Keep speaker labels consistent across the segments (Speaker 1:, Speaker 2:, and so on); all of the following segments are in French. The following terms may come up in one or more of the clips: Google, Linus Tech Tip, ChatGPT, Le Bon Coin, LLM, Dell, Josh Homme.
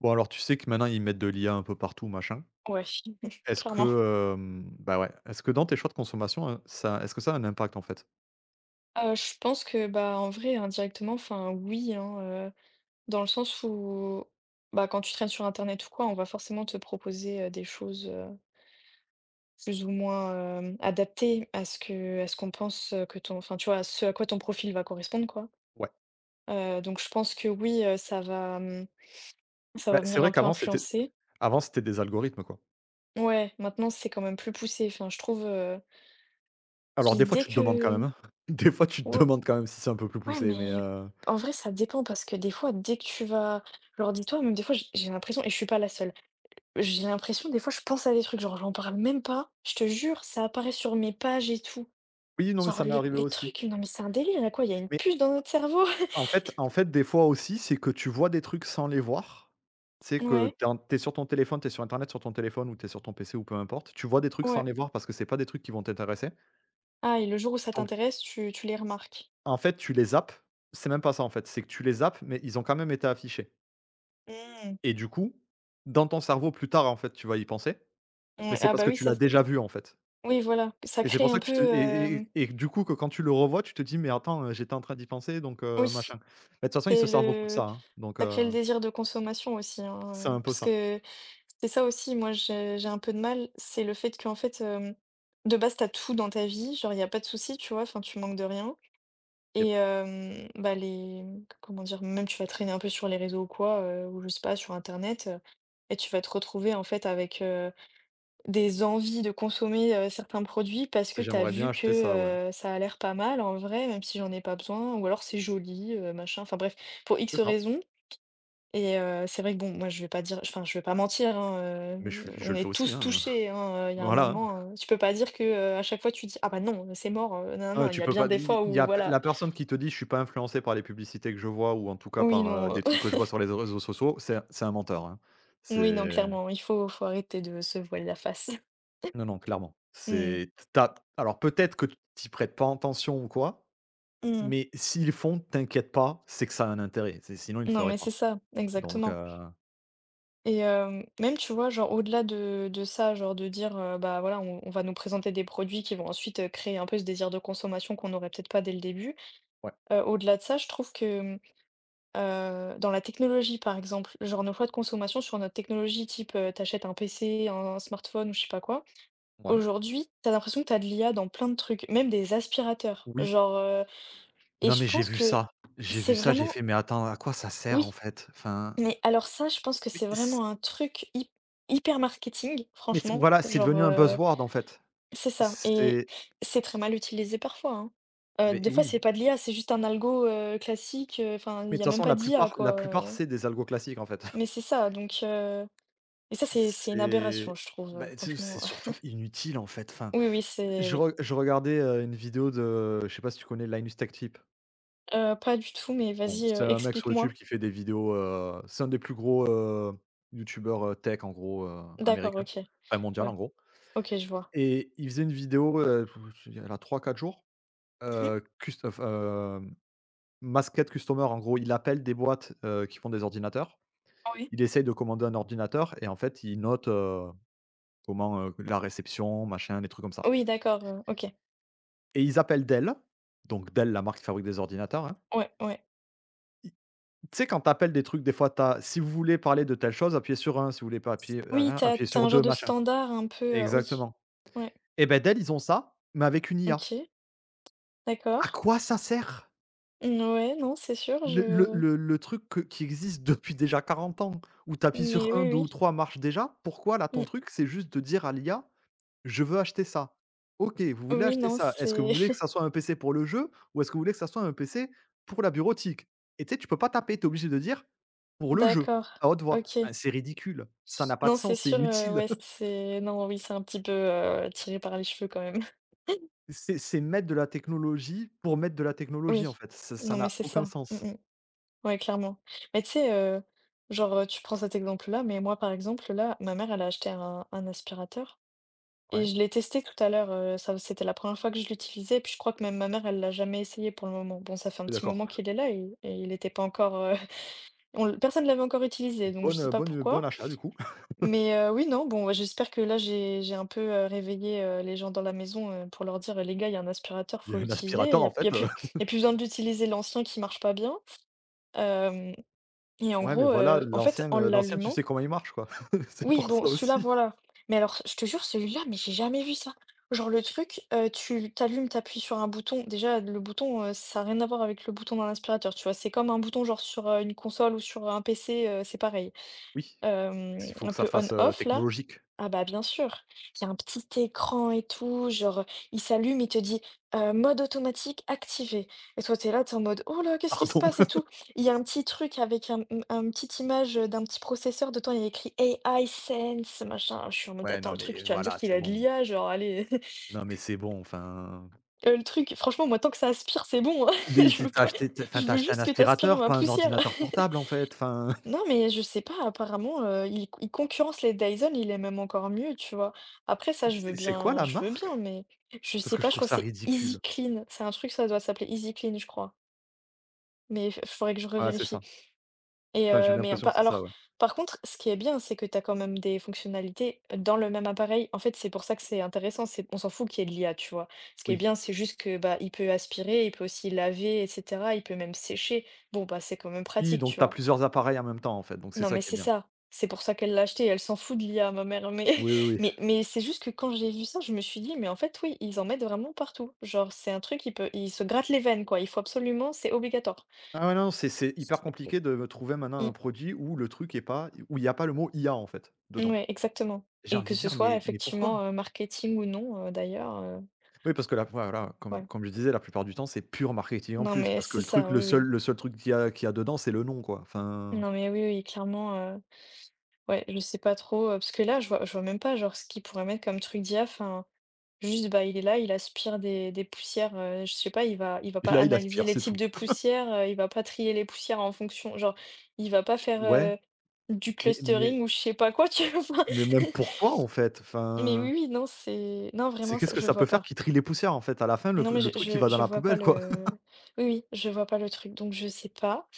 Speaker 1: Bon, alors, tu sais que maintenant, ils mettent de l'IA un peu partout, machin.
Speaker 2: Ouais,
Speaker 1: Est-ce
Speaker 2: clairement.
Speaker 1: que, bah, ouais, est-ce que dans tes choix de consommation, ça est-ce que ça a un impact, en fait?
Speaker 2: Je pense que, bah, en vrai, indirectement, enfin, oui, hein, dans le sens où, bah, quand tu traînes sur internet ou quoi, on va forcément te proposer, des choses, plus ou moins, adaptées à ce qu'on pense, que ton enfin, tu vois, à quoi ton profil va correspondre, quoi.
Speaker 1: Ouais.
Speaker 2: Donc je pense que oui, ça va, ça
Speaker 1: Bah,
Speaker 2: va
Speaker 1: c'est
Speaker 2: venir
Speaker 1: vrai
Speaker 2: un peu
Speaker 1: qu'avant,
Speaker 2: influencer.
Speaker 1: c'était des algorithmes, quoi.
Speaker 2: Ouais, maintenant, c'est quand même plus poussé. Enfin, je trouve.
Speaker 1: Alors,
Speaker 2: Puis
Speaker 1: des fois,
Speaker 2: dès
Speaker 1: tu te demandes quand
Speaker 2: que,
Speaker 1: même, des fois, tu te
Speaker 2: ou
Speaker 1: demandes quand même si c'est un peu plus
Speaker 2: Ouais,
Speaker 1: poussé, mais
Speaker 2: mais en vrai, ça dépend parce que des fois, dès que tu vas, genre, dis-toi, même des fois, j'ai l'impression, et je suis pas la seule, j'ai l'impression, des fois, je pense à des trucs, genre, j'en parle même pas, je te jure, ça apparaît sur mes pages et tout.
Speaker 1: oui, non, mais
Speaker 2: Genre,
Speaker 1: ça m'est
Speaker 2: les,
Speaker 1: arrivé
Speaker 2: les
Speaker 1: aussi.
Speaker 2: trucs, non, mais c'est un délire, là, quoi, il y a une
Speaker 1: Mais
Speaker 2: puce dans notre cerveau.
Speaker 1: en fait, des fois aussi, c'est que tu vois des trucs sans les voir. C'est que
Speaker 2: Ouais,
Speaker 1: t'es en tu sur ton téléphone, t'es sur internet sur ton téléphone ou t'es sur ton PC ou peu importe. Tu vois des trucs sans
Speaker 2: ouais.
Speaker 1: les voir parce que c'est pas des trucs qui vont t'intéresser.
Speaker 2: Ah, et le jour où ça
Speaker 1: Donc
Speaker 2: t'intéresse, tu les remarques.
Speaker 1: En fait, tu les zappes. C'est même pas ça, en fait, c'est que tu les zappes, mais ils ont quand même été affichés
Speaker 2: Mm.
Speaker 1: et du coup, dans ton cerveau plus tard, en fait, tu vas y penser, mais
Speaker 2: Ouais,
Speaker 1: c'est
Speaker 2: ah,
Speaker 1: parce
Speaker 2: bah
Speaker 1: que
Speaker 2: oui,
Speaker 1: tu
Speaker 2: ça,
Speaker 1: l'as déjà vu, en fait,
Speaker 2: oui, voilà, ça
Speaker 1: et c'est
Speaker 2: crée
Speaker 1: pour
Speaker 2: un
Speaker 1: ça que
Speaker 2: peu,
Speaker 1: tu te et du coup, que quand tu le revois, tu te dis: «Mais attends, j'étais en train d'y penser donc
Speaker 2: oui,
Speaker 1: machin.» Mais de toute façon, ils
Speaker 2: c'est
Speaker 1: se servent beaucoup de
Speaker 2: le.
Speaker 1: ça, hein, donc
Speaker 2: Ça crée le désir de consommation aussi, hein,
Speaker 1: c'est un peu
Speaker 2: parce
Speaker 1: ça.
Speaker 2: que c'est ça aussi, moi j'ai un peu de mal, c'est le fait qu'en fait, de base t'as tout dans ta vie, genre il y a pas de souci, tu vois? Enfin tu manques de rien et
Speaker 1: Yep.
Speaker 2: bah, les comment dire? Même tu vas traîner un peu sur les réseaux ou quoi, ou je sais pas sur internet, et tu vas te retrouver en fait avec, des envies de consommer, certains produits parce que t'as
Speaker 1: J'aimerais bien
Speaker 2: vu
Speaker 1: acheter ça, ouais.
Speaker 2: que, ça a l'air pas mal en vrai, même si j'en ai pas besoin ou alors c'est joli, machin, enfin bref, pour X
Speaker 1: C'est ça,
Speaker 2: raisons. Et c'est vrai que bon, moi je vais pas dire, enfin je vais pas mentir, hein, heu,
Speaker 1: mais je
Speaker 2: on
Speaker 1: le fais
Speaker 2: est
Speaker 1: aussi,
Speaker 2: tous
Speaker 1: hein,
Speaker 2: touchés, hein, il y a un
Speaker 1: voilà, hein.
Speaker 2: moment, tu peux pas dire que, à chaque fois tu dis: «Ah bah non, c'est mort, non, non. Il y
Speaker 1: Tu
Speaker 2: a
Speaker 1: peux
Speaker 2: bien
Speaker 1: pas
Speaker 2: des
Speaker 1: il
Speaker 2: fois
Speaker 1: y
Speaker 2: où
Speaker 1: a
Speaker 2: voilà».
Speaker 1: la personne qui te dit: «Je suis pas influencé par les publicités que je vois ou en tout cas
Speaker 2: Oui,
Speaker 1: par,
Speaker 2: non,
Speaker 1: des trucs que je vois sur les réseaux sociaux», c'est un menteur, hein.
Speaker 2: oui, non,
Speaker 1: C'est
Speaker 2: clairement, il faut arrêter de se voiler la face.
Speaker 1: Non, non, clairement.
Speaker 2: Mmh.
Speaker 1: C'est t'as. Alors peut-être que t'y prêtes pas attention ou quoi,
Speaker 2: Mmh.
Speaker 1: mais s'ils font, t'inquiète pas, c'est que ça a un intérêt, c'est sinon ils le
Speaker 2: Non,
Speaker 1: feraient
Speaker 2: mais
Speaker 1: pas.
Speaker 2: c'est ça,
Speaker 1: Donc
Speaker 2: exactement. Et même tu vois, genre au-delà de ça, genre de dire, bah voilà, on va nous présenter des produits qui vont ensuite, créer un peu ce désir de consommation qu'on n'aurait peut-être pas dès le début.
Speaker 1: ouais,
Speaker 2: Au-delà de ça, je trouve que, dans la technologie, par exemple, genre nos choix de consommation sur notre technologie type, tu achètes un PC, un smartphone ou je sais pas quoi.
Speaker 1: ouais,
Speaker 2: Aujourd'hui, t'as l'impression que t'as as de l'IA dans plein de trucs, même des aspirateurs,
Speaker 1: oui.
Speaker 2: genre, et
Speaker 1: Non,
Speaker 2: je
Speaker 1: mais
Speaker 2: pense que
Speaker 1: j'ai vu
Speaker 2: c'est
Speaker 1: ça, j'ai
Speaker 2: vraiment
Speaker 1: fait: «Mais attends, à quoi ça sert en
Speaker 2: oui,
Speaker 1: fait?» Enfin,
Speaker 2: mais alors ça, je pense que c'est
Speaker 1: mais c
Speaker 2: vraiment un truc hy hyper marketing,
Speaker 1: mais c
Speaker 2: franchement,
Speaker 1: voilà, c'est
Speaker 2: genre,
Speaker 1: devenu un buzzword en fait.
Speaker 2: c'est ça, et
Speaker 1: C'est
Speaker 2: c'est très mal utilisé parfois, hein.
Speaker 1: Mais
Speaker 2: Des fois,
Speaker 1: oui.
Speaker 2: c'est pas de l'IA, c'est juste un algo, classique, enfin, il
Speaker 1: Mais
Speaker 2: y
Speaker 1: de
Speaker 2: a
Speaker 1: toute
Speaker 2: même
Speaker 1: façon,
Speaker 2: pas
Speaker 1: la
Speaker 2: d'IA,
Speaker 1: plupart la
Speaker 2: quoi,
Speaker 1: plupart,
Speaker 2: heu,
Speaker 1: c'est des algos classiques, en fait.
Speaker 2: mais c'est ça, donc et ça, c'est une
Speaker 1: C'est
Speaker 2: aberration, je trouve,
Speaker 1: Bah, tu sais, c'est
Speaker 2: franchement.
Speaker 1: surtout inutile, en fait. Enfin,
Speaker 2: Oui, oui, c'est oui.
Speaker 1: je regardais, une vidéo de, je sais pas si tu connais Linus Tech Tip?
Speaker 2: Pas du tout, mais
Speaker 1: Bon,
Speaker 2: vas-y,
Speaker 1: c'est un mec sur YouTube
Speaker 2: explique-moi.
Speaker 1: qui fait des vidéos, c'est un des plus gros, youtubeurs, tech, en gros,
Speaker 2: D'accord,
Speaker 1: américain,
Speaker 2: OK.
Speaker 1: enfin mondial,
Speaker 2: Ouais,
Speaker 1: en gros,
Speaker 2: OK, je vois.
Speaker 1: et il faisait une vidéo, elle a trois quatre jours,
Speaker 2: Mmh.
Speaker 1: cust enfin, Customer, en gros, il appelle des boîtes, qui font des ordinateurs.
Speaker 2: Oui.
Speaker 1: Il essaye de commander un ordinateur et en fait, il note comment, la réception, machin, des trucs comme ça.
Speaker 2: Oui, d'accord, OK.
Speaker 1: Et ils appellent Dell, donc Dell, la marque qui fabrique des ordinateurs, hein.
Speaker 2: Ouais, ouais.
Speaker 1: I Tu sais, quand tu appelles des trucs, des fois, t'as: «Si vous voulez parler de telle chose, appuyez sur un, si vous voulez pas appuyer,
Speaker 2: Oui, t'as
Speaker 1: appuyez
Speaker 2: t'as un
Speaker 1: sur
Speaker 2: genre
Speaker 1: 2,
Speaker 2: de
Speaker 1: machin.»
Speaker 2: standard un peu, oui.
Speaker 1: Exactement.
Speaker 2: Ouais,
Speaker 1: Et ben Dell, ils ont ça, mais avec une IA.
Speaker 2: OK,
Speaker 1: À
Speaker 2: d'accord.
Speaker 1: quoi ça sert?
Speaker 2: Mmh, ouais, non, c'est sûr,
Speaker 1: Le le
Speaker 2: je
Speaker 1: le le truc que qui existe depuis déjà 40 ans, où tu appuies
Speaker 2: mais
Speaker 1: sur un,
Speaker 2: oui,
Speaker 1: deux ou
Speaker 2: oui.
Speaker 1: 3 marche déjà, pourquoi là, ton
Speaker 2: Mmh.
Speaker 1: truc, c'est juste de dire à l'IA: je veux acheter ça. OK, vous voulez
Speaker 2: Oui,
Speaker 1: acheter
Speaker 2: non,
Speaker 1: ça. Est-ce que vous
Speaker 2: c'est
Speaker 1: voulez que ça soit un PC pour le jeu ou est-ce que vous voulez que ça soit un PC pour la bureautique? Et tu sais, tu peux pas taper, tu es obligé de dire «pour le jeu»
Speaker 2: d'accord,
Speaker 1: à haute voix.
Speaker 2: OK.
Speaker 1: Enfin, c'est ridicule, ça n'a pas de
Speaker 2: Non, c'est
Speaker 1: sens, c'est
Speaker 2: sûr,
Speaker 1: inutile.
Speaker 2: ouais, c'est non, oui, c'est un petit peu, tiré par les cheveux quand même.
Speaker 1: C'est mettre de la technologie pour mettre de la technologie, en
Speaker 2: Oui.
Speaker 1: fait. Ça
Speaker 2: Non,
Speaker 1: ça
Speaker 2: mais
Speaker 1: n'a
Speaker 2: c'est
Speaker 1: aucun
Speaker 2: ça. Mmh
Speaker 1: sens.
Speaker 2: mh. Ouais, clairement. Mais tu sais, genre, tu prends cet exemple-là, mais moi, par exemple, là, ma mère, elle a acheté un aspirateur et
Speaker 1: Ouais,
Speaker 2: je l'ai testé tout à l'heure, ça c'était la première fois que je l'utilisais, puis je crois que même ma mère, elle l'a jamais essayé pour le moment. Bon, ça fait un
Speaker 1: oui,
Speaker 2: petit moment
Speaker 1: d'accord.
Speaker 2: qu'il est là et il était pas encore, on l personne ne l'avait encore utilisé, donc je sais pas
Speaker 1: Bon
Speaker 2: pourquoi.
Speaker 1: achat, du coup.
Speaker 2: Mais oui, non, bon, ouais, j'espère que là, j'ai un peu, réveillé, les gens dans la maison, pour leur dire: «Les gars, il y a un aspirateur,
Speaker 1: Il y
Speaker 2: faut
Speaker 1: a un
Speaker 2: l'utiliser. Il
Speaker 1: aspirateur,
Speaker 2: y a
Speaker 1: en
Speaker 2: y a
Speaker 1: fait,
Speaker 2: plus il y a plus besoin d'utiliser l'ancien qui marche pas bien». Hem Et en
Speaker 1: ouais, mais
Speaker 2: gros,
Speaker 1: voilà,
Speaker 2: en fait,
Speaker 1: l'ancien,
Speaker 2: en
Speaker 1: tu
Speaker 2: l'allumant
Speaker 1: sais comment il marche, quoi. C'est
Speaker 2: oui,
Speaker 1: pour
Speaker 2: bon,
Speaker 1: ça
Speaker 2: celui-là,
Speaker 1: aussi.
Speaker 2: voilà. Mais alors, je te jure, celui-là, mais j'ai jamais vu ça. Genre le truc, tu t'allumes t'appuies sur un bouton. Déjà, le bouton, ça a rien à voir avec le bouton d'un aspirateur, tu vois? C'est comme un bouton, genre, sur, une console ou sur un PC, c'est pareil.
Speaker 1: Oui, il faut
Speaker 2: Un
Speaker 1: que ça
Speaker 2: peu
Speaker 1: fasse,
Speaker 2: on-off là?
Speaker 1: technologique.
Speaker 2: Ah bah, bien sûr. Il y a un petit écran et tout, genre, il s'allume, il te dit: «Mode automatique activé», et toi, t'es là, t'es en mode: «Oh là, qu'est-ce qui se
Speaker 1: Pardon.
Speaker 2: passe et tout?» Il y a un petit truc avec un petite image, d'un petit processeur, dedans il y a écrit AI Sense, machin. Je suis en mode:
Speaker 1: Ouais,
Speaker 2: «Attends,
Speaker 1: non,
Speaker 2: le
Speaker 1: mais
Speaker 2: truc, tu vas me dire
Speaker 1: voilà,
Speaker 2: qu'il
Speaker 1: c'est
Speaker 2: a de
Speaker 1: bon.
Speaker 2: l'IA, genre, allez».
Speaker 1: Non, mais c'est bon, enfin,
Speaker 2: Le truc franchement, moi, tant que ça aspire, c'est bon, hein.
Speaker 1: mais
Speaker 2: Je veux pas Je
Speaker 1: tu
Speaker 2: veux
Speaker 1: acheté un
Speaker 2: juste que tu aspires
Speaker 1: aspirateur,
Speaker 2: ma
Speaker 1: pas un
Speaker 2: poussière.
Speaker 1: ordinateur portable, en fait, enfin,
Speaker 2: Non, mais je sais pas, apparemment, il concurrence les Dyson, il est même encore mieux, tu vois? Après ça, je veux
Speaker 1: c'est quoi
Speaker 2: bien,
Speaker 1: la
Speaker 2: je veux bien,
Speaker 1: marque?
Speaker 2: mais je
Speaker 1: Parce
Speaker 2: sais
Speaker 1: que je
Speaker 2: pas, je
Speaker 1: trouve
Speaker 2: crois que
Speaker 1: ça
Speaker 2: c'est Easy
Speaker 1: ridicule.
Speaker 2: Clean, ça doit s'appeler Easy Clean, je crois, mais il faudrait que je
Speaker 1: Ouais, c'est
Speaker 2: revérifie.
Speaker 1: ça.
Speaker 2: Et
Speaker 1: Enfin, j'ai
Speaker 2: mais
Speaker 1: l'impression
Speaker 2: pa
Speaker 1: que c'est ça,
Speaker 2: alors,
Speaker 1: ouais.
Speaker 2: par contre, ce qui est bien, c'est que tu as quand même des fonctionnalités dans le même appareil. En fait, c'est pour ça que c'est intéressant, c'est on s'en fout qu'il y ait de l'IA, tu vois? Ce qui est
Speaker 1: Oui.
Speaker 2: bien, c'est juste que, bah, il peut aspirer, il peut aussi laver et cetera, il peut même sécher. Bon, bah, c'est quand même
Speaker 1: Oui,
Speaker 2: pratique,
Speaker 1: donc
Speaker 2: tu
Speaker 1: t'as
Speaker 2: vois?
Speaker 1: plusieurs appareils en même temps, en fait, donc c'est
Speaker 2: Non,
Speaker 1: ça
Speaker 2: mais
Speaker 1: qui est
Speaker 2: c'est
Speaker 1: bien.
Speaker 2: ça. C'est pour ça qu'elle l'a acheté. Elle s'en fout de l'IA, ma mère. Mais,
Speaker 1: Oui, oui, oui.
Speaker 2: mais c'est juste que quand j'ai vu ça, je me suis dit, mais en fait, oui, ils en mettent vraiment partout. Genre, c'est un truc, il se gratte les veines, quoi. Il faut absolument, c'est obligatoire.
Speaker 1: Ah ouais, non, c'est hyper compliqué de trouver maintenant un produit où le truc est pas où il y a pas le mot IA, en fait,
Speaker 2: Mm,
Speaker 1: dedans.
Speaker 2: ouais, exactement.
Speaker 1: J'ai
Speaker 2: Et que
Speaker 1: envie de
Speaker 2: ce
Speaker 1: dire:
Speaker 2: soit
Speaker 1: «Mais pourquoi?»
Speaker 2: effectivement, marketing ou non, d'ailleurs.
Speaker 1: Oui, parce que là, voilà, comme
Speaker 2: Ouais.
Speaker 1: comme je disais, la plupart du temps, c'est pur marketing en
Speaker 2: Non,
Speaker 1: plus,
Speaker 2: mais
Speaker 1: parce que
Speaker 2: c'est
Speaker 1: le truc,
Speaker 2: ça,
Speaker 1: le
Speaker 2: oui,
Speaker 1: seul
Speaker 2: oui.
Speaker 1: le seul truc qu'il y a dedans, c'est le nom, quoi. Enfin,
Speaker 2: Non, mais oui, oui, clairement. Ouais, je sais pas trop. Parce que là, je vois, même pas, genre, ce qu'ils pourraient mettre comme truc d'IA. Juste, bah, il est là, il aspire des poussières, je sais pas, il va
Speaker 1: et
Speaker 2: pas
Speaker 1: là, il
Speaker 2: analyser
Speaker 1: aspire,
Speaker 2: les
Speaker 1: c'est
Speaker 2: types
Speaker 1: tout.
Speaker 2: de poussières, il va pas trier les poussières en fonction, genre, il va pas
Speaker 1: J
Speaker 2: faire,
Speaker 1: Ouais,
Speaker 2: du
Speaker 1: mais mais
Speaker 2: clustering ou je sais pas quoi, tu vois?
Speaker 1: mais même pourquoi, en fait?
Speaker 2: Mais
Speaker 1: Enfin,
Speaker 2: oui, oui, non, c'est non,
Speaker 1: c'est
Speaker 2: vraiment, ça
Speaker 1: qu'est-ce que
Speaker 2: je
Speaker 1: ça peut
Speaker 2: vois
Speaker 1: faire
Speaker 2: pas.
Speaker 1: qui trie les poussières, en fait? À la fin, le
Speaker 2: Non, mais je
Speaker 1: le truc, il
Speaker 2: je
Speaker 1: va dans
Speaker 2: je
Speaker 1: la
Speaker 2: vois pas
Speaker 1: poubelle, quoi.
Speaker 2: le oui, oui, je vois pas le truc, donc je sais pas.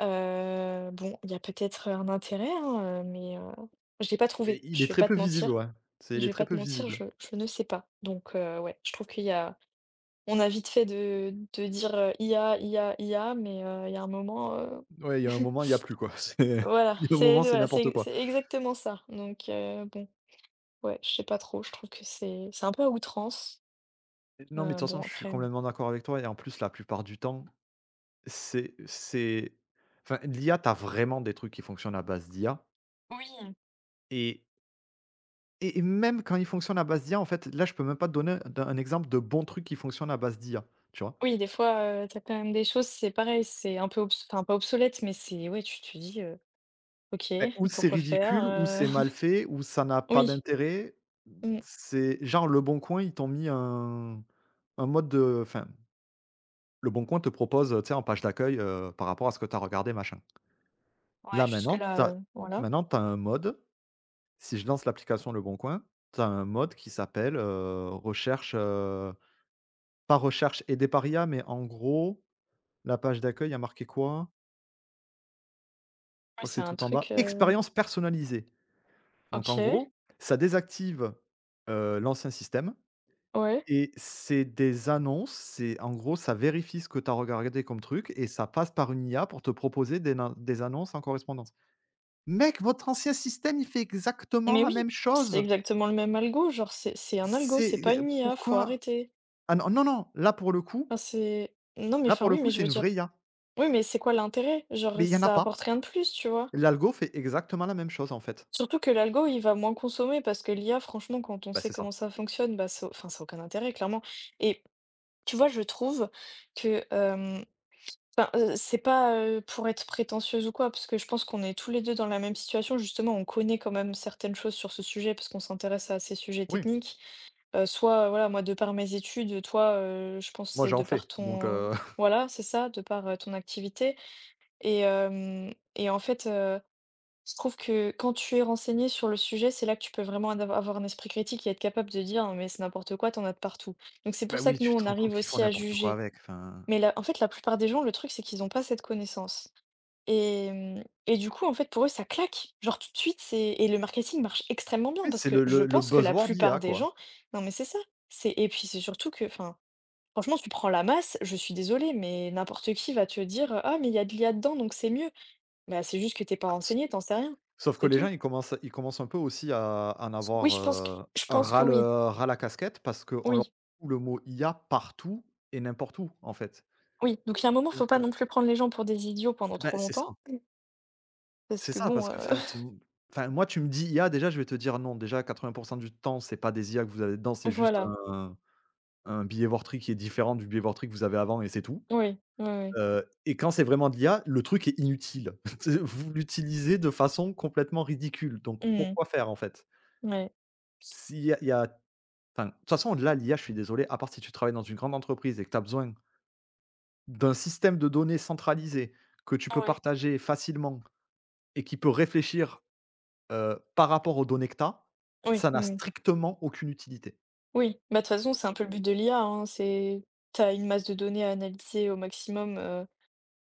Speaker 2: Bon, il y a peut-être, un intérêt, hein, mais je l'ai pas
Speaker 1: Et
Speaker 2: trouvé,
Speaker 1: il
Speaker 2: je
Speaker 1: est
Speaker 2: vais
Speaker 1: très
Speaker 2: pas
Speaker 1: peu
Speaker 2: te
Speaker 1: visible,
Speaker 2: mentir,
Speaker 1: ouais. C'est Il est très peu visible.
Speaker 2: je ne sais pas, donc ouais, je trouve qu'il y a. On a vite fait de dire: «IA, IA, IA», mais il y a un moment,
Speaker 1: Ouais, il y a un moment, il y a plus, quoi. C'est
Speaker 2: voilà,
Speaker 1: Il y a un
Speaker 2: c'est
Speaker 1: moment, c'est
Speaker 2: voilà,
Speaker 1: n'importe
Speaker 2: c'est
Speaker 1: quoi.
Speaker 2: c'est exactement ça. Donc bon, ouais, je sais pas trop, je trouve que c'est un peu à outrance.
Speaker 1: Non, mais de toute façon,
Speaker 2: Bon
Speaker 1: je suis
Speaker 2: après,
Speaker 1: complètement d'accord avec toi et en plus, la plupart du temps. C'est Enfin, l'IA, tu as vraiment des trucs qui fonctionnent à base d'IA,
Speaker 2: oui,
Speaker 1: et et même quand ils fonctionnent à base d'IA, en fait, là, je peux même pas te donner d un exemple de bon truc qui fonctionne à base d'IA, tu vois?
Speaker 2: oui, des fois, tu quand même des choses, c'est pareil, c'est un peu obs enfin pas obsolète, mais c'est ouais, tu te dis: «OK,
Speaker 1: Ouais. Ou c'est
Speaker 2: pourquoi faire?»
Speaker 1: ridicule, ou c'est mal fait, ou ça n'a pas
Speaker 2: Oui,
Speaker 1: d'intérêt.
Speaker 2: mmh,
Speaker 1: C'est genre Le Bon Coin, ils t'ont mis un mode de enfin, Le Bon Coin te propose, tu sais, en page d'accueil, par rapport à ce que tu as regardé, machin.
Speaker 2: ouais,
Speaker 1: Là,
Speaker 2: jusque là, voilà.
Speaker 1: maintenant, tu as un mode si je lance l'application Le Bon Coin, tu as un mode qui s'appelle, pas recherche aidée par IA, mais en gros, la page d'accueil, a marqué quoi? Je
Speaker 2: Ouais,
Speaker 1: crois que
Speaker 2: c'est
Speaker 1: c'est
Speaker 2: un
Speaker 1: tout en
Speaker 2: truc,
Speaker 1: bas. Expérience personnalisée. Donc en
Speaker 2: OK,
Speaker 1: gros, ça désactive, l'ancien système
Speaker 2: ouais.
Speaker 1: et c'est en gros, ça vérifie ce que tu as regardé comme truc et ça passe par une IA pour te proposer des nan des annonces en correspondance. Mec, votre ancien système, il fait exactement
Speaker 2: Mais
Speaker 1: la
Speaker 2: oui,
Speaker 1: même
Speaker 2: c'est
Speaker 1: chose!
Speaker 2: exactement le même algo, genre c'est un algo, c'est pas une IA, faut
Speaker 1: Pourquoi?
Speaker 2: arrêter.
Speaker 1: Ah non, non, non,
Speaker 2: Enfin, c'est non mais
Speaker 1: là
Speaker 2: enfin
Speaker 1: pour le
Speaker 2: oui, mais
Speaker 1: coup,
Speaker 2: je
Speaker 1: c'est
Speaker 2: veux
Speaker 1: une
Speaker 2: dire
Speaker 1: vraie IA.
Speaker 2: oui, mais c'est quoi l'intérêt? Genre
Speaker 1: Mais il y en a
Speaker 2: ça
Speaker 1: pas.
Speaker 2: apporte rien de plus, tu vois?
Speaker 1: L'algo fait exactement la même chose, en fait.
Speaker 2: Surtout que l'algo, il va moins consommer parce que l'IA, franchement, quand on
Speaker 1: Bah,
Speaker 2: sait
Speaker 1: c'est
Speaker 2: comment
Speaker 1: ça.
Speaker 2: ça fonctionne, bah ça, enfin, ça a aucun intérêt, clairement. Et tu vois, je trouve que, enfin, c'est pas, pour être prétentieuse ou quoi, parce que je pense qu'on est tous les deux dans la même situation. Justement, on connaît quand même certaines choses sur ce sujet parce qu'on s'intéresse à ces sujets
Speaker 1: Oui,
Speaker 2: techniques. Voilà, moi, de par mes études, toi, je pense que
Speaker 1: moi
Speaker 2: c'est
Speaker 1: j'en
Speaker 2: de par
Speaker 1: fais, donc
Speaker 2: ton voilà, c'est ça, de par, ton activité et en fait, je trouve que quand tu es renseigné sur le sujet, c'est là que tu peux vraiment ad avoir un esprit critique et être capable de dire: «Mais c'est n'importe quoi, t'en as de partout». Donc c'est pour
Speaker 1: bah,
Speaker 2: ça
Speaker 1: oui,
Speaker 2: que nous,
Speaker 1: tu te
Speaker 2: on
Speaker 1: rends compte
Speaker 2: arrive
Speaker 1: qu'ils font
Speaker 2: aussi à
Speaker 1: n'importe quoi
Speaker 2: juger.
Speaker 1: avec, enfin.
Speaker 2: Mais la en fait, la plupart des gens, le truc, c'est qu'ils n'ont pas cette connaissance. Et du coup, en fait, pour eux, ça claque, genre tout de suite, c'est et le marketing marche extrêmement bien
Speaker 1: Oui,
Speaker 2: parce
Speaker 1: c'est
Speaker 2: que
Speaker 1: le
Speaker 2: je
Speaker 1: le le
Speaker 2: pense que la
Speaker 1: buzzword
Speaker 2: plupart
Speaker 1: IA,
Speaker 2: des
Speaker 1: quoi.
Speaker 2: gens non, mais c'est ça, c'est et puis c'est surtout que, enfin, franchement, tu prends la masse, je suis désolée, mais n'importe qui va te dire, «Ah mais il y a de l'IA dedans, donc c'est mieux». Bah, c'est juste que t'es pas
Speaker 1: Ah s
Speaker 2: renseigné, t'en sais rien,
Speaker 1: sauf que
Speaker 2: c'est
Speaker 1: les gens,
Speaker 2: tout.
Speaker 1: ils commencent un peu aussi à en
Speaker 2: Oui,
Speaker 1: avoir, heu,
Speaker 2: je pense que
Speaker 1: ras
Speaker 2: oui,
Speaker 1: le ras la casquette parce qu'on leur
Speaker 2: oui,
Speaker 1: fout le mot IA partout et n'importe où, en fait.
Speaker 2: oui, donc il y a un moment,
Speaker 1: Donc
Speaker 2: faut pas non plus prendre les gens pour des idiots pendant
Speaker 1: bah,
Speaker 2: trop
Speaker 1: c'est ça.
Speaker 2: longtemps parce
Speaker 1: C'est
Speaker 2: que
Speaker 1: ça,
Speaker 2: bon,
Speaker 1: parce que enfin tu enfin moi tu me dis «IA», déjà je vais te dire «non», déjà 80 du temps c'est pas des IA que vous avez dedans, c'est juste
Speaker 2: voilà,
Speaker 1: un un billet Vortri qui est différent du billet Vortri que vous avez avant et c'est tout.
Speaker 2: oui, oui, oui.
Speaker 1: Et quand c'est vraiment de l'IA, le truc est inutile. C'est Vous l'utilisez de façon complètement ridicule, donc
Speaker 2: Mmh.
Speaker 1: pourquoi faire en fait?
Speaker 2: Ouais.
Speaker 1: S'il y a il y a enfin, de toute façon, là, l'IA, je suis désolé, à part si tu travailles dans une grande entreprise et que tu as besoin d'un système de données centralisé que tu peux
Speaker 2: Ouais.
Speaker 1: partager facilement et qui peut réfléchir, par rapport aux données que tu as,
Speaker 2: Oui,
Speaker 1: ça
Speaker 2: oui,
Speaker 1: n'a
Speaker 2: oui.
Speaker 1: strictement aucune utilité.
Speaker 2: Oui, bah, de toute façon, c'est un peu le but de l'IA, hein, c'est t'as une masse de données à analyser au maximum,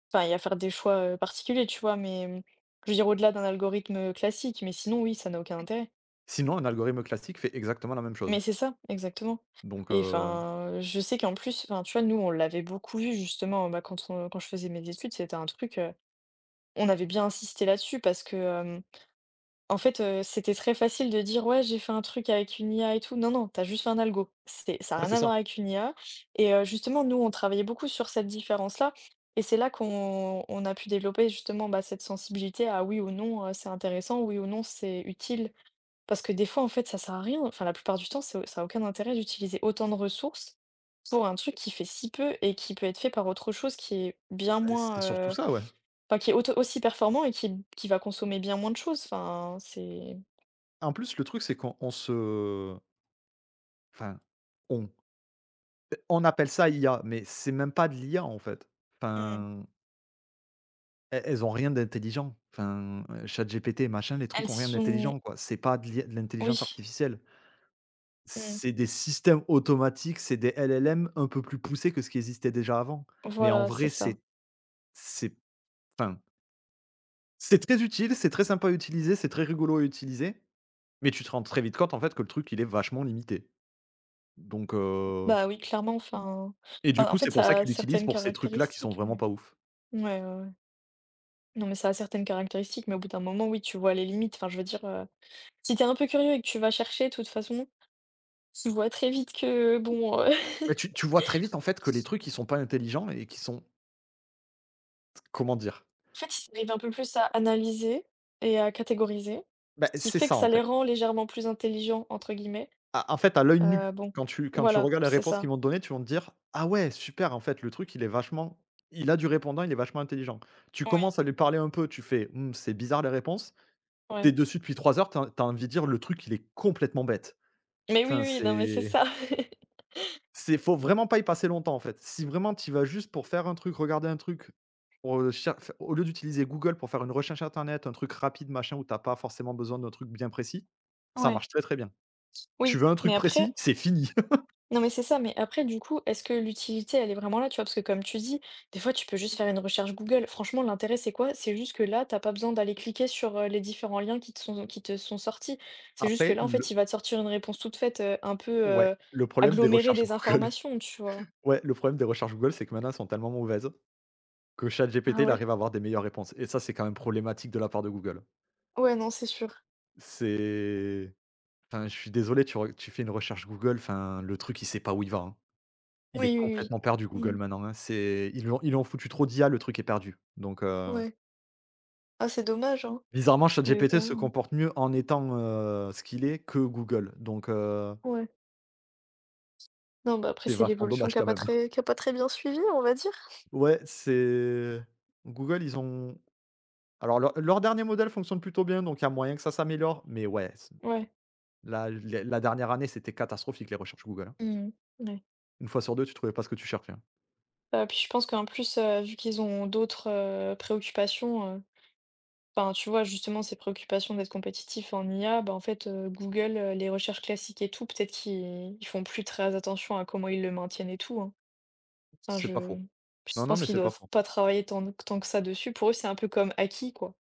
Speaker 2: enfin et à faire des choix, particuliers, tu vois? Mais, mmh, je veux dire au-delà d'un algorithme, classique, mais sinon oui, ça n'a aucun intérêt.
Speaker 1: Sinon, un algorithme classique fait exactement la même chose.
Speaker 2: Mais c'est ça, exactement
Speaker 1: Donc
Speaker 2: et enfin, je sais qu'en plus, enfin, tu vois, nous, on l'avait beaucoup vu justement, bah, quand je faisais mes études, c'était un truc, on avait bien insisté là-dessus parce que, en fait, c'était très facile de dire: «Ouais, j'ai fait un truc avec une IA et tout». Non, non, t'as juste fait un algo. C'est ça a
Speaker 1: ouais,
Speaker 2: rien
Speaker 1: c'est
Speaker 2: à voir
Speaker 1: ça.
Speaker 2: avec une IA et justement, nous, on travaillait beaucoup sur cette différence-là et c'est là qu'on on a pu développer justement, bah, cette sensibilité à oui ou non, c'est intéressant, oui ou non, c'est utile. Parce que des fois, en fait, ça sert à rien. Enfin, la plupart du temps, c'est ça a aucun intérêt d'utiliser autant de ressources pour un truc qui fait si peu et qui peut être fait par autre chose qui est bien
Speaker 1: Bah,
Speaker 2: moins,
Speaker 1: c'est surtout ça, ouais.
Speaker 2: enfin, qui est auto aussi performant et qui va consommer bien moins de choses. Enfin, c'est
Speaker 1: En plus, le truc, c'est qu'on on se enfin, on on appelle ça IA, mais c'est même pas de l'IA, en fait.
Speaker 2: mmh.
Speaker 1: Enfin, elles ont rien d'intelligent. Enfin, ChatGPT, machin, les
Speaker 2: Elles
Speaker 1: trucs ont rien
Speaker 2: sont
Speaker 1: d'intelligent, quoi. C'est pas de l'IA de l'intelligence
Speaker 2: oui,
Speaker 1: artificielle.
Speaker 2: mmh,
Speaker 1: C'est des systèmes automatiques, c'est des LLM un peu plus poussés que ce qui existait déjà avant. Mais en
Speaker 2: voilà, c'est
Speaker 1: vrai,
Speaker 2: ça.
Speaker 1: c'est enfin, c'est très utile, c'est très sympa à utiliser, c'est très rigolo à utiliser, mais tu te rends très vite compte, en fait, que le truc, il est vachement limité. Donc,
Speaker 2: Bah, oui, clairement, mmh, enfin
Speaker 1: et du
Speaker 2: enfin, en
Speaker 1: coup, c'est
Speaker 2: fait,
Speaker 1: pour ça
Speaker 2: ça a
Speaker 1: qu'ils l'utilisent
Speaker 2: certaines
Speaker 1: pour ces trucs-là qui sont
Speaker 2: caractéristiques, mais
Speaker 1: vraiment pas ouf.
Speaker 2: ouais, ouais, ouais. Non, mais ça a certaines caractéristiques, mais au bout d'un moment, oui, tu vois les limites. Enfin, je veux dire, si t'es un peu curieux et que tu vas chercher, de toute façon, tu vois très vite que bon,
Speaker 1: Bah, tu vois très vite, en fait, que les trucs, ils sont pas intelligents et qui sont comment dire?
Speaker 2: en fait, ils arrivent un peu plus à analyser et à catégoriser,
Speaker 1: Bah,
Speaker 2: ce qui
Speaker 1: c'est
Speaker 2: fait que
Speaker 1: ça,
Speaker 2: ça
Speaker 1: en
Speaker 2: les
Speaker 1: fait.
Speaker 2: rend «légèrement plus intelligents» entre guillemets,
Speaker 1: À En fait, à l'œil nu,
Speaker 2: bon,
Speaker 1: quand tu
Speaker 2: voilà,
Speaker 1: regardes les
Speaker 2: c'est
Speaker 1: réponses qu'ils
Speaker 2: ça.
Speaker 1: vont te donner, tu vas te dire: «Ah ouais, super, en fait, le truc, il est vachement il a du répondant, il est vachement intelligent.» Tu
Speaker 2: Oui,
Speaker 1: commences à lui parler un peu, tu fais: «Mmh, c'est bizarre les réponses.»
Speaker 2: ouais.
Speaker 1: T'es dessus depuis 3 heures, t'as as envie de dire: «Le truc, il est complètement bête.»
Speaker 2: Mais oui,
Speaker 1: Enfin,
Speaker 2: oui, non, mais c'est ça.
Speaker 1: c'est faut vraiment pas y passer longtemps, en fait. Si vraiment tu y vas juste pour faire un truc, regarder un truc, pour, cher f au lieu d'utiliser Google pour faire une recherche internet, un truc rapide, machin, où t'as pas forcément besoin d'un truc bien précis, ça
Speaker 2: Ouais.
Speaker 1: marche très, très bien. Tu
Speaker 2: Oui,
Speaker 1: veux un truc
Speaker 2: mais
Speaker 1: précis,
Speaker 2: après
Speaker 1: c'est fini.
Speaker 2: non, mais c'est ça, mais après du coup, est-ce que l'utilité, elle est vraiment là, tu vois? Parce que comme tu dis, des fois, tu peux juste faire une recherche Google. Franchement, l'intérêt, c'est quoi? C'est juste que là, t'as pas besoin d'aller cliquer sur, les différents liens qui te sont sortis. C'est juste que
Speaker 1: Après
Speaker 2: là, en fait, il
Speaker 1: le
Speaker 2: va te sortir une réponse toute faite, un peu,
Speaker 1: Ouais, le problème des
Speaker 2: agglomérée
Speaker 1: recherches
Speaker 2: des
Speaker 1: Google.
Speaker 2: informations, tu vois?
Speaker 1: Ouais, le problème des recherches Google, c'est que maintenant, elles sont tellement mauvaises que ChatGPT,
Speaker 2: Ah
Speaker 1: il
Speaker 2: ouais?
Speaker 1: arrive à avoir des meilleures réponses et ça, c'est quand même problématique de la part de Google.
Speaker 2: Ouais, non, c'est sûr.
Speaker 1: C'est Enfin, je suis désolé, tu fais une recherche Google, enfin, le truc, il sait pas où il va, hein. Il
Speaker 2: Oui,
Speaker 1: est
Speaker 2: oui,
Speaker 1: complètement perdu
Speaker 2: oui.
Speaker 1: Google
Speaker 2: Mmh.
Speaker 1: maintenant, hein. C'est ils lui ont foutu trop d'IA, le truc est perdu. Donc
Speaker 2: Ouais. Ah, c'est dommage, hein.
Speaker 1: bizarrement,
Speaker 2: Parce que
Speaker 1: ChatGPT
Speaker 2: quand
Speaker 1: se
Speaker 2: même,
Speaker 1: comporte mieux en étant, ce qu'il est, que Google. Donc
Speaker 2: ouais. Non, bah, après,
Speaker 1: c'est
Speaker 2: c'est
Speaker 1: vachement
Speaker 2: l'évolution
Speaker 1: dommage quand même.
Speaker 2: qui a pas très bien suivi, on va dire.
Speaker 1: Ouais, c'est Google, ils ont alors leur dernier modèle fonctionne plutôt bien, donc il y a moyen que ça s'améliore, mais ouais, c
Speaker 2: Ouais.
Speaker 1: la les la dernière année, c'était catastrophique les recherches Google, hein.
Speaker 2: Mmh. Ouais.
Speaker 1: Une fois sur 2, tu trouvais pas ce que tu cherchais, hein.
Speaker 2: Puis je pense qu'en plus, vu qu'ils ont d'autres, préoccupations, enfin, tu vois, justement, ces préoccupations d'être compétitif en IA, bah, en fait, Google, les recherches classiques et tout, peut-être qu'ils ils font plus très attention à comment ils le maintiennent et tout, hein. Enfin,
Speaker 1: C'est pas faux.
Speaker 2: je
Speaker 1: Non, non,
Speaker 2: pense
Speaker 1: mais
Speaker 2: qu'ils
Speaker 1: c'est pas
Speaker 2: doivent
Speaker 1: faux.
Speaker 2: pas travailler tant que ça dessus. Pour eux, c'est un peu comme acquis, quoi.